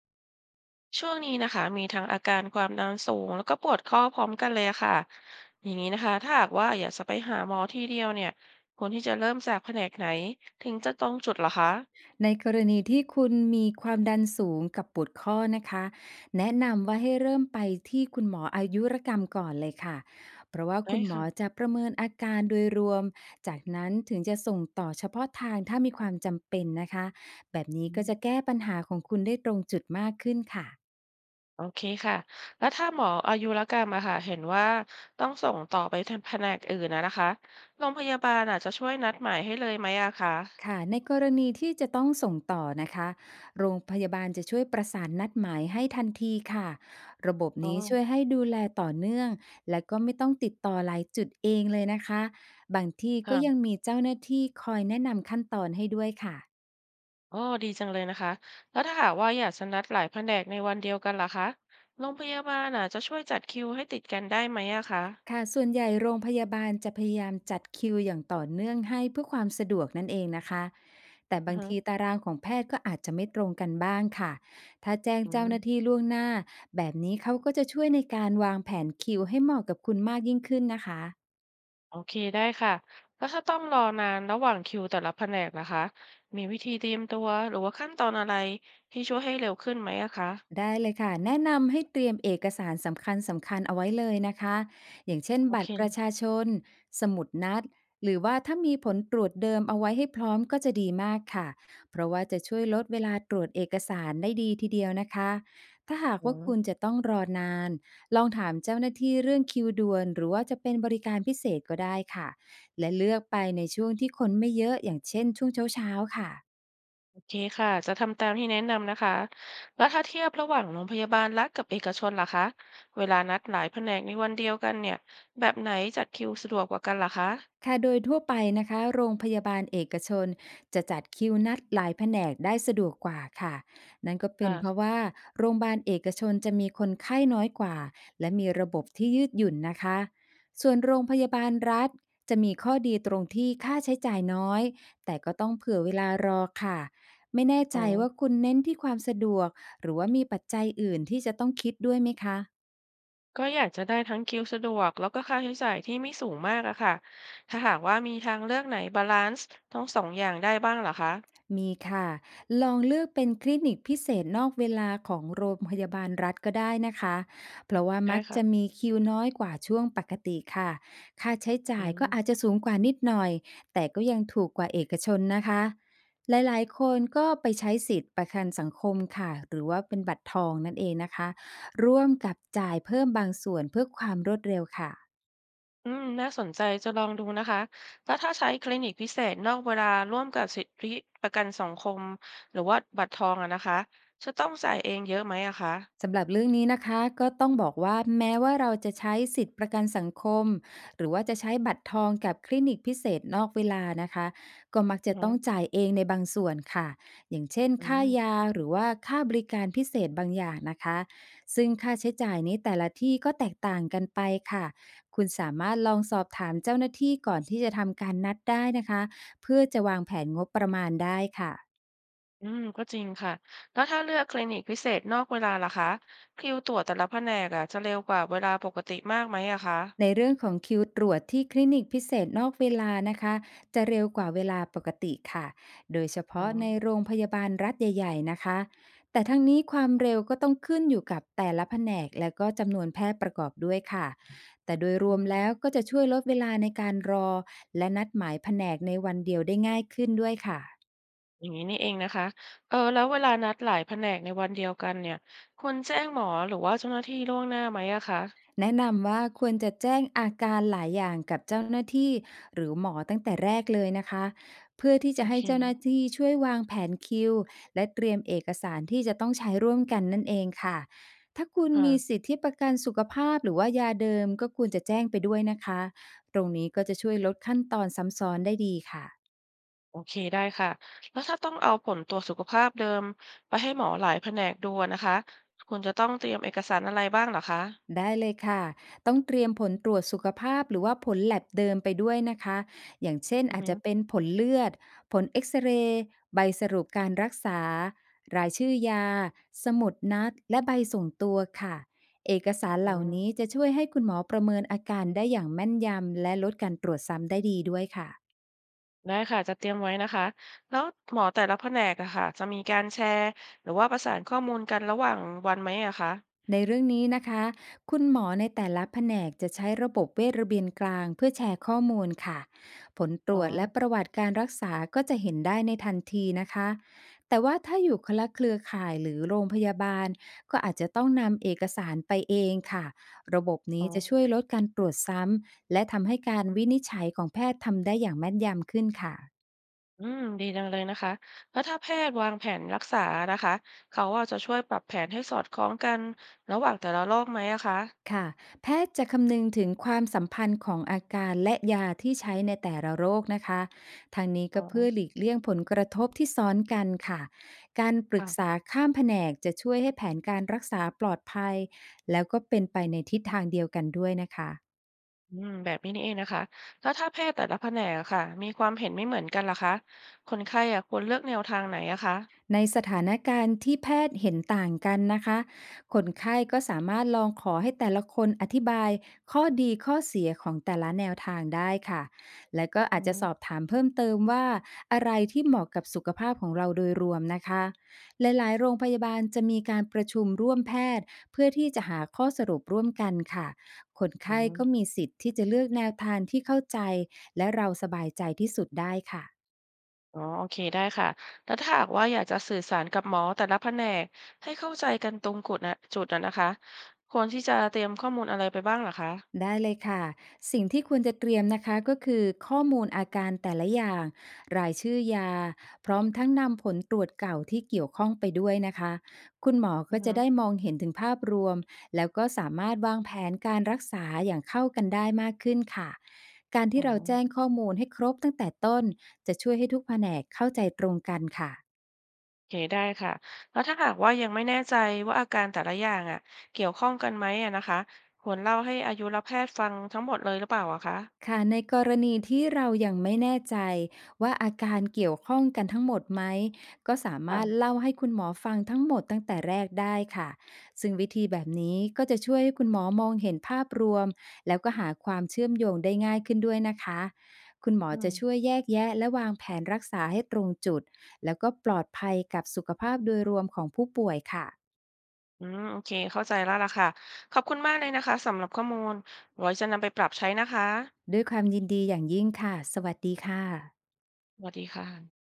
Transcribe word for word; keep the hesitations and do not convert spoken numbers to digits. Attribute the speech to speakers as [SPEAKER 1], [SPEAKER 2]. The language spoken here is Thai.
[SPEAKER 1] ช่วงนี้นะคะมีทั้งอาการความดันสูงแล้วก็ปวดข้อพร้อมกันเลยค่ะอย่างนี้นะคะถ้าหากว่าอยากจะไปหาหมอทีเดียวเนี่ยควรที่จะเริ่มจากแผนกไหนถึงจะตรงจุดเหรอคะ
[SPEAKER 2] ในกรณีที่คุณมีความดันสูงกับปวดข้อนะคะแนะนำว่าให้เริ่มไปที่คุณหมออายุรกรรมก่อนเลยค่ะเพราะว่า
[SPEAKER 1] ได้
[SPEAKER 2] คุณหมอ
[SPEAKER 1] ค่ะ
[SPEAKER 2] จะประเมินอาการโดยรวมจากนั้นถึงจะส่งต่อเฉพาะทางถ้ามีความจำเป็นนะคะแบบนี้
[SPEAKER 1] อื
[SPEAKER 2] ก็จะ
[SPEAKER 1] ม
[SPEAKER 2] แก้ปัญหาของคุณได้ตรงจุดมากขึ้นค่ะ
[SPEAKER 1] โอเคค่ะแล้วถ้าหมออายุรกรรมอะค่ะเห็นว่าต้องส่งต่อไปทางแผนกอื่นนะนะคะโรงพยาบาลอาจจะช่วยนัดหมายให้เลยไหมอะคะ
[SPEAKER 2] ค่ะในกรณีที่จะต้องส่งต่อนะคะโรงพยาบาลจะช่วยประสานนัดหมายให้ทันทีค่ะระบบ
[SPEAKER 1] อ๋อ
[SPEAKER 2] นี้ช่วยให้ดูแลต่อเนื่องและก็ไม่ต้องติดต่อหลายจุดเองเลยนะคะบางที่ก็ยัง
[SPEAKER 1] ค่ะ
[SPEAKER 2] มีเจ้าหน้าที่คอยแนะนำขั้นตอนให้ด้วยค่ะ
[SPEAKER 1] อ๋อดีจังเลยนะคะแล้วถ้าหากว่าอยากจะนัดหลายแผนกในวันเดียวกันล่ะคะโรงพยาบาลอ่ะจะช่วยจัดคิวให้ติดกันได้ไหมอะคะ
[SPEAKER 2] ค่ะส่วนใหญ่โรงพยาบาลจะพยายามจัดคิวอย่างต่อเนื่องให้เพื่อความสะดวกนั่นเองนะคะแต่
[SPEAKER 1] อือ
[SPEAKER 2] บาง
[SPEAKER 1] ฮึ
[SPEAKER 2] ทีตารางของแพทย์ก็อาจจะไม่ตรงกันบ้างค่ะถ้าแจ้ง
[SPEAKER 1] อื
[SPEAKER 2] เจ้าหน้าที่
[SPEAKER 1] ม
[SPEAKER 2] ล่วงหน้าแบบนี้เขาก็จะช่วยในการวางแผนคิวให้เหมาะกับคุณมากยิ่งขึ้นนะคะ
[SPEAKER 1] โอเคได้ค่ะแล้วถ้าต้องรอนานระหว่างคิวแต่ละแผนกล่ะคะมีวิธีเตรียมตัวหรือว่าขั้นตอนอะไรที่ช่วยให้เร็วขึ้นไหมอะคะ
[SPEAKER 2] ได้เลยค่ะแนะนำให้เตรียมเอกสารสำคัญสำคัญเอาไว้เลยนะคะอย่างเช่น
[SPEAKER 1] โอ
[SPEAKER 2] บัต
[SPEAKER 1] เค
[SPEAKER 2] รประชาชนสมุดนัดหรือว่าถ้ามีผลตรวจเดิมเอาไว้ให้พร้อมก็จะดีมากค่ะเพราะว่าจะช่วยลดเวลาตรวจเอกสารได้ดีทีเดียวนะคะถ้าหาก
[SPEAKER 1] อื
[SPEAKER 2] ว่า
[SPEAKER 1] ม
[SPEAKER 2] คุณจะต้องรอนานลองถามเจ้าหน้าที่เรื่องคิวด่วนหรือว่าจะเป็นบริการพิเศษก็ได้ค่ะและเลือกไปในช่วงที่คนไม่เยอะอย่างเช่นช่วงเช้าๆค่ะ
[SPEAKER 1] โอเคค่ะจะทำตามที่แนะนำนะคะแล้วถ้าเทียบระหว่างโรงพยาบาลรัฐกับเอกชนล่ะคะเวลานัดหลายแผนกในวันเดียวกันเนี่ยแบบไหนจัดคิวสะดวกกว่ากันล่ะคะ
[SPEAKER 2] ค่ะโดยทั่วไปนะคะโรงพยาบาลเอกชนจะจัดคิวนัดหลายแผนกได้สะดวกกว่าค่ะนั่นก็เป็นเพราะ
[SPEAKER 1] ค่ะ
[SPEAKER 2] ว่าโรงพยาบาลเอกชนจะมีคนไข้น้อยกว่าและมีระบบที่ยืดหยุ่นนะคะส่วนโรงพยาบาลรัฐจะมีข้อดีตรงที่ค่าใช้จ่ายน้อยแต่ก็ต้องเผื่อเวลารอค่ะไม่แน่
[SPEAKER 1] อ๋
[SPEAKER 2] ใจ
[SPEAKER 1] อ
[SPEAKER 2] ว่าคุณเน้นที่ความสะดวกหรือว่ามีปัจจัยอื่นที่จะต้องคิดด้วยไหมคะ
[SPEAKER 1] ก็อยากจะได้ทั้งคิวสะดวกแล้วก็ค่าใช้จ่ายที่ไม่สูงมากอะค่ะถ้าหากว่ามีทางเลือกไหนบาลานซ์ทั้งสองอย่างได้บ้างเหรอคะ
[SPEAKER 2] มีค่ะ ลองเลือกเป็นคลินิกพิเศษนอกเวลาของโรงพยาบาลรัฐก็ได้นะคะเพราะว่า
[SPEAKER 1] ได้
[SPEAKER 2] มักจะ
[SPEAKER 1] ค่ะ
[SPEAKER 2] มีคิวน้อยกว่าช่วงปกติค่ะค่าใช้
[SPEAKER 1] อื
[SPEAKER 2] จ่ายก็
[SPEAKER 1] ม
[SPEAKER 2] อาจจะสูงกว่านิดหน่อยแต่ก็ยังถูกกว่าเอกชนนะคะ หลายๆคนก็ไปใช้สิทธิ์ประกันสังคมค่ะ หรือว่าเป็นบัตรทองนั่นเองนะคะ ร่วมกับจ่ายเพิ่มบางส่วนเพื่อความรวดเร็วค่ะ
[SPEAKER 1] อืมน่าสนใจจะลองดูนะคะแล้วถ้าใช้คลินิกพิเศษนอกเวลาร่วมกับสิทธิประกันสังคมหรือว่าบัตรทองอะนะคะจะต้องจ่ายเองเยอะไหมอะคะ
[SPEAKER 2] สำหรับเรื่องนี้นะคะก็ต้องบอกว่าแม้ว่าเราจะใช้สิทธิประกันสังคมหรือว่าจะใช้บัตรทองกับคลินิกพิเศษนอกเวลานะคะก็มัก
[SPEAKER 1] อื
[SPEAKER 2] จะ
[SPEAKER 1] อฮึ
[SPEAKER 2] ต้องจ่ายเองในบางส่วนค่ะอย่างเช่น
[SPEAKER 1] อื
[SPEAKER 2] ค่า
[SPEAKER 1] ม
[SPEAKER 2] ยาหรือว่าค่าบริการพิเศษบางอย่างนะคะซึ่งค่าใช้จ่ายนี้แต่ละที่ก็แตกต่างกันไปค่ะคุณสามารถลองสอบถามเจ้าหน้าที่ก่อนที่จะทำการนัดได้นะคะเพื่อจะวางแผนงบประมาณได้ค่ะ
[SPEAKER 1] อืมก็จริงค่ะแล้วถ้าเลือกคลินิกพิเศษนอกเวลาล่ะคะคิวตรวจแต่ละแผนกอะจะเร็วกว่าเวลาปกติมากไหมอะคะ
[SPEAKER 2] ในเรื่องของคิวตรวจที่คลินิกพิเศษนอกเวลานะคะจะเร็วกว่าเวลาปกติค่ะโดยเฉ
[SPEAKER 1] อ๋อ
[SPEAKER 2] พาะในโรงพยาบาลรัฐใหญ่ๆนะคะแต่ทั้งนี้ความเร็วก็ต้องขึ้นอยู่กับแต่ละแผนกและก็จำนวนแพทย์ประกอบด้วยค่ะแต่โดยรว
[SPEAKER 1] อื
[SPEAKER 2] ม
[SPEAKER 1] ม
[SPEAKER 2] แล้วก็จะช่วยลดเวลาในการรอและนัดหมายแผนกในวันเดียวได้ง่ายขึ้นด้วยค่ะ
[SPEAKER 1] อย่างนี้นี่เองนะคะเออแล้วเวลานัดหลายแผนกในวันเดียวกันเนี่ยควรแจ้งหมอหรือว่าเจ้าหน้าที่ล่วงหน้าไหมอะคะ
[SPEAKER 2] แนะนำว่าควรจะแจ้งอาการหลายอย่างกับเจ้าหน้าที่หรือหมอตั้งแต่แรกเลยนะคะเพื่อที่
[SPEAKER 1] โอ
[SPEAKER 2] จะให้
[SPEAKER 1] เค
[SPEAKER 2] เจ้าหน้าที่ช่วยวางแผนคิวและเตรียมเอกสารที่จะต้องใช้ร่วมกันนั่นเองค่ะถ้าคุณ
[SPEAKER 1] ค่ะ
[SPEAKER 2] มีสิทธิประกันสุขภาพหรือว่ายาเดิมก็ควรจะแจ้งไปด้วยนะคะตรงนี้ก็จะช่วยลดขั้นตอนซ้ำซ้อนได้ดีค่ะ
[SPEAKER 1] โอเคได้ค่ะแล้วถ้าต้องเอาผลตรวจสุขภาพเดิมไปให้หมอหลายแผนกดูอะนะคะควรจะต้องเตรียมเอกสารอะไรบ้างเหรอคะ
[SPEAKER 2] ได้เลยค่ะ ต้องเตรียมผลตรวจสุขภาพหรือว่าผลแลบเดิมไปด้วยนะคะ อย่างเช่น
[SPEAKER 1] อือ
[SPEAKER 2] อาจ
[SPEAKER 1] ฮึ
[SPEAKER 2] จะเป็นผลเลือด ผลเอ็กซเรย์ใบสรุปการรักษา รายชื่อยา สมุดนัด และใบส่งตัวค่ะ เอกสาร
[SPEAKER 1] อื
[SPEAKER 2] เหล่า
[SPEAKER 1] ม
[SPEAKER 2] นี้จะช่วยให้คุณหมอประเมินอาการได้อย่างแม่นยำและลดการตรวจซ้ำได้ดีด้วยค่ะ
[SPEAKER 1] ได้ค่ะจะเตรียมไว้นะคะแล้วหมอแต่ละแผนกอะค่ะจะมีการแชร์หรือว่าประสานข้อมูลกันระหว่างวันไหมอะคะ
[SPEAKER 2] ในเรื่องนี้นะคะ คุณหมอในแต่ละแผนกจะใช้ระบบเวชระเบียนกลางเพื่อแชร์ข้อมูลค่ะ ผลตร
[SPEAKER 1] อ๋อ
[SPEAKER 2] วจและประวัติการรักษาก็จะเห็นได้ในทันทีนะคะ แต่ว่าถ้าอยู่คนละเครือข่ายหรือโรงพยาบาล ก็อาจจะต้องนำเอกสารไปเองค่ะ ระบบ
[SPEAKER 1] อ๋
[SPEAKER 2] นี้
[SPEAKER 1] อ
[SPEAKER 2] จะช่วยลดการตรวจซ้ำ และทำให้การวินิจฉัยของแพทย์ทำได้อย่างแม่นยำขึ้นค่ะ
[SPEAKER 1] อืมดีจังเลยนะคะแล้วถ้าแพทย์วางแผนรักษานะคะเขาว่าจะช่วยปรับแผนให้สอดคล้องกันระหว่างแต่ละโรคไหมอะคะ
[SPEAKER 2] ค่ะแพทย์จะคำนึงถึงความสัมพันธ์ของอาการและยาที่ใช้ในแต่ละโรคนะคะ ทางนี้
[SPEAKER 1] อ๋อ
[SPEAKER 2] ก็เพื่อหลีกเลี่ยงผลกระทบที่ซ้อนกันค่ะ การปรึก
[SPEAKER 1] ค่ะ
[SPEAKER 2] ษาข้ามแผนกจะช่วยให้แผนการรักษาปลอดภัยแล้วก็เป็นไปในทิศทางเดียวกันด้วยนะคะ
[SPEAKER 1] อืมแบบนี้นี่เองนะคะแล้วถ้าแพทย์แต่ละแผนกอะค่ะมีความเห็นไม่เหมือนกันล่ะคะคนไข้อะควรเลือกแนวทางไหนอะคะ
[SPEAKER 2] ในสถานการณ์ที่แพทย์เห็นต่างกันนะคะคนไข้ก็สามารถลองขอให้แต่ละคนอธิบายข้อดีข้อเสียของแต่ละแนวทางได้ค่ะและก็
[SPEAKER 1] อื
[SPEAKER 2] อาจจะส
[SPEAKER 1] ม
[SPEAKER 2] อบถามเพิ่มเติมว่าอะไรที่เหมาะกับสุขภาพของเราโดยรวมนะคะหลายๆโรงพยาบาลจะมีการประชุมร่วมแพทย์เพื่อที่จะหาข้อสรุปร่วมกันค่ะคน
[SPEAKER 1] อื
[SPEAKER 2] ไข้
[SPEAKER 1] ม
[SPEAKER 2] ก็มีสิทธิ์ที่จะเลือกแนวทางที่เข้าใจและเราสบายใจที่สุดได้ค่ะ
[SPEAKER 1] อ๋อโอเคได้ค่ะแล้วถ้าหากว่าอยากจะสื่อสารกับหมอแต่ละแผนกให้เข้าใจกันตรงจุดนะจุดนะนะคะควรที่จะเตรียมข้อมูลอะไรไปบ้างเหรอคะ
[SPEAKER 2] ได้เลยค่ะ สิ่งที่ควรจะเตรียมนะคะก็คือข้อมูลอาการแต่ละอย่างรายชื่อยาพร้อมทั้งนำผลตรวจเก่าที่เกี่ยวข้องไปด้วยนะคะ คุณหมอ
[SPEAKER 1] อื
[SPEAKER 2] ก็
[SPEAKER 1] มอ
[SPEAKER 2] จะ
[SPEAKER 1] ฮึ
[SPEAKER 2] ได้มองเห็นถึงภาพรวมแล้วก็สามารถวางแผนการรักษาอย่างเข้ากันได้มากขึ้นค่ะ การ
[SPEAKER 1] อ๋อ
[SPEAKER 2] ที่เราแจ้งข้อมูลให้ครบตั้งแต่ต้นจะช่วยให้ทุกแผนกเข้าใจตรงกันค่ะ
[SPEAKER 1] โอเคได้ค่ะแล้วถ้าหากว่ายังไม่แน่ใจว่าอาการแต่ละอย่างอ่ะเกี่ยวข้องกันไหมอ่ะนะคะควรเล่าให้อายุรแพทย์ฟังทั้งหมดเลยหรือเปล่าอะคะ
[SPEAKER 2] ค่ะในกรณีที่เรายังไม่แน่ใจว่าอาการเกี่ยวข้องกันทั้งหมดไหมก็สามารถ
[SPEAKER 1] ค่ะ
[SPEAKER 2] เล่าให้คุณหมอฟังทั้งหมดตั้งแต่แรกได้ค่ะซึ่งวิธีแบบนี้ก็จะช่วยให้คุณหมอมองเห็นภาพรวมแล้วก็หาความเชื่อมโยงได้ง่ายขึ้นด้วยนะคะคุณหมอ
[SPEAKER 1] อื
[SPEAKER 2] จะ
[SPEAKER 1] ม
[SPEAKER 2] ช่วยแยกแยะและวางแผนรักษาให้ตรงจุดแล้วก็ปลอดภัยกับสุขภาพโดยรวมของผู้ป่วยค่ะ
[SPEAKER 1] อืมโอเคเข้าใจแล้วล่ะค่ะขอบคุณมากเลยนะคะสำหรับข้อมูลไว้จะนำไปปรับใช้นะคะ
[SPEAKER 2] ด้วยความยินดีอย่างยิ่งค่ะสวัสดีค่ะ
[SPEAKER 1] สวัสดีค่ะ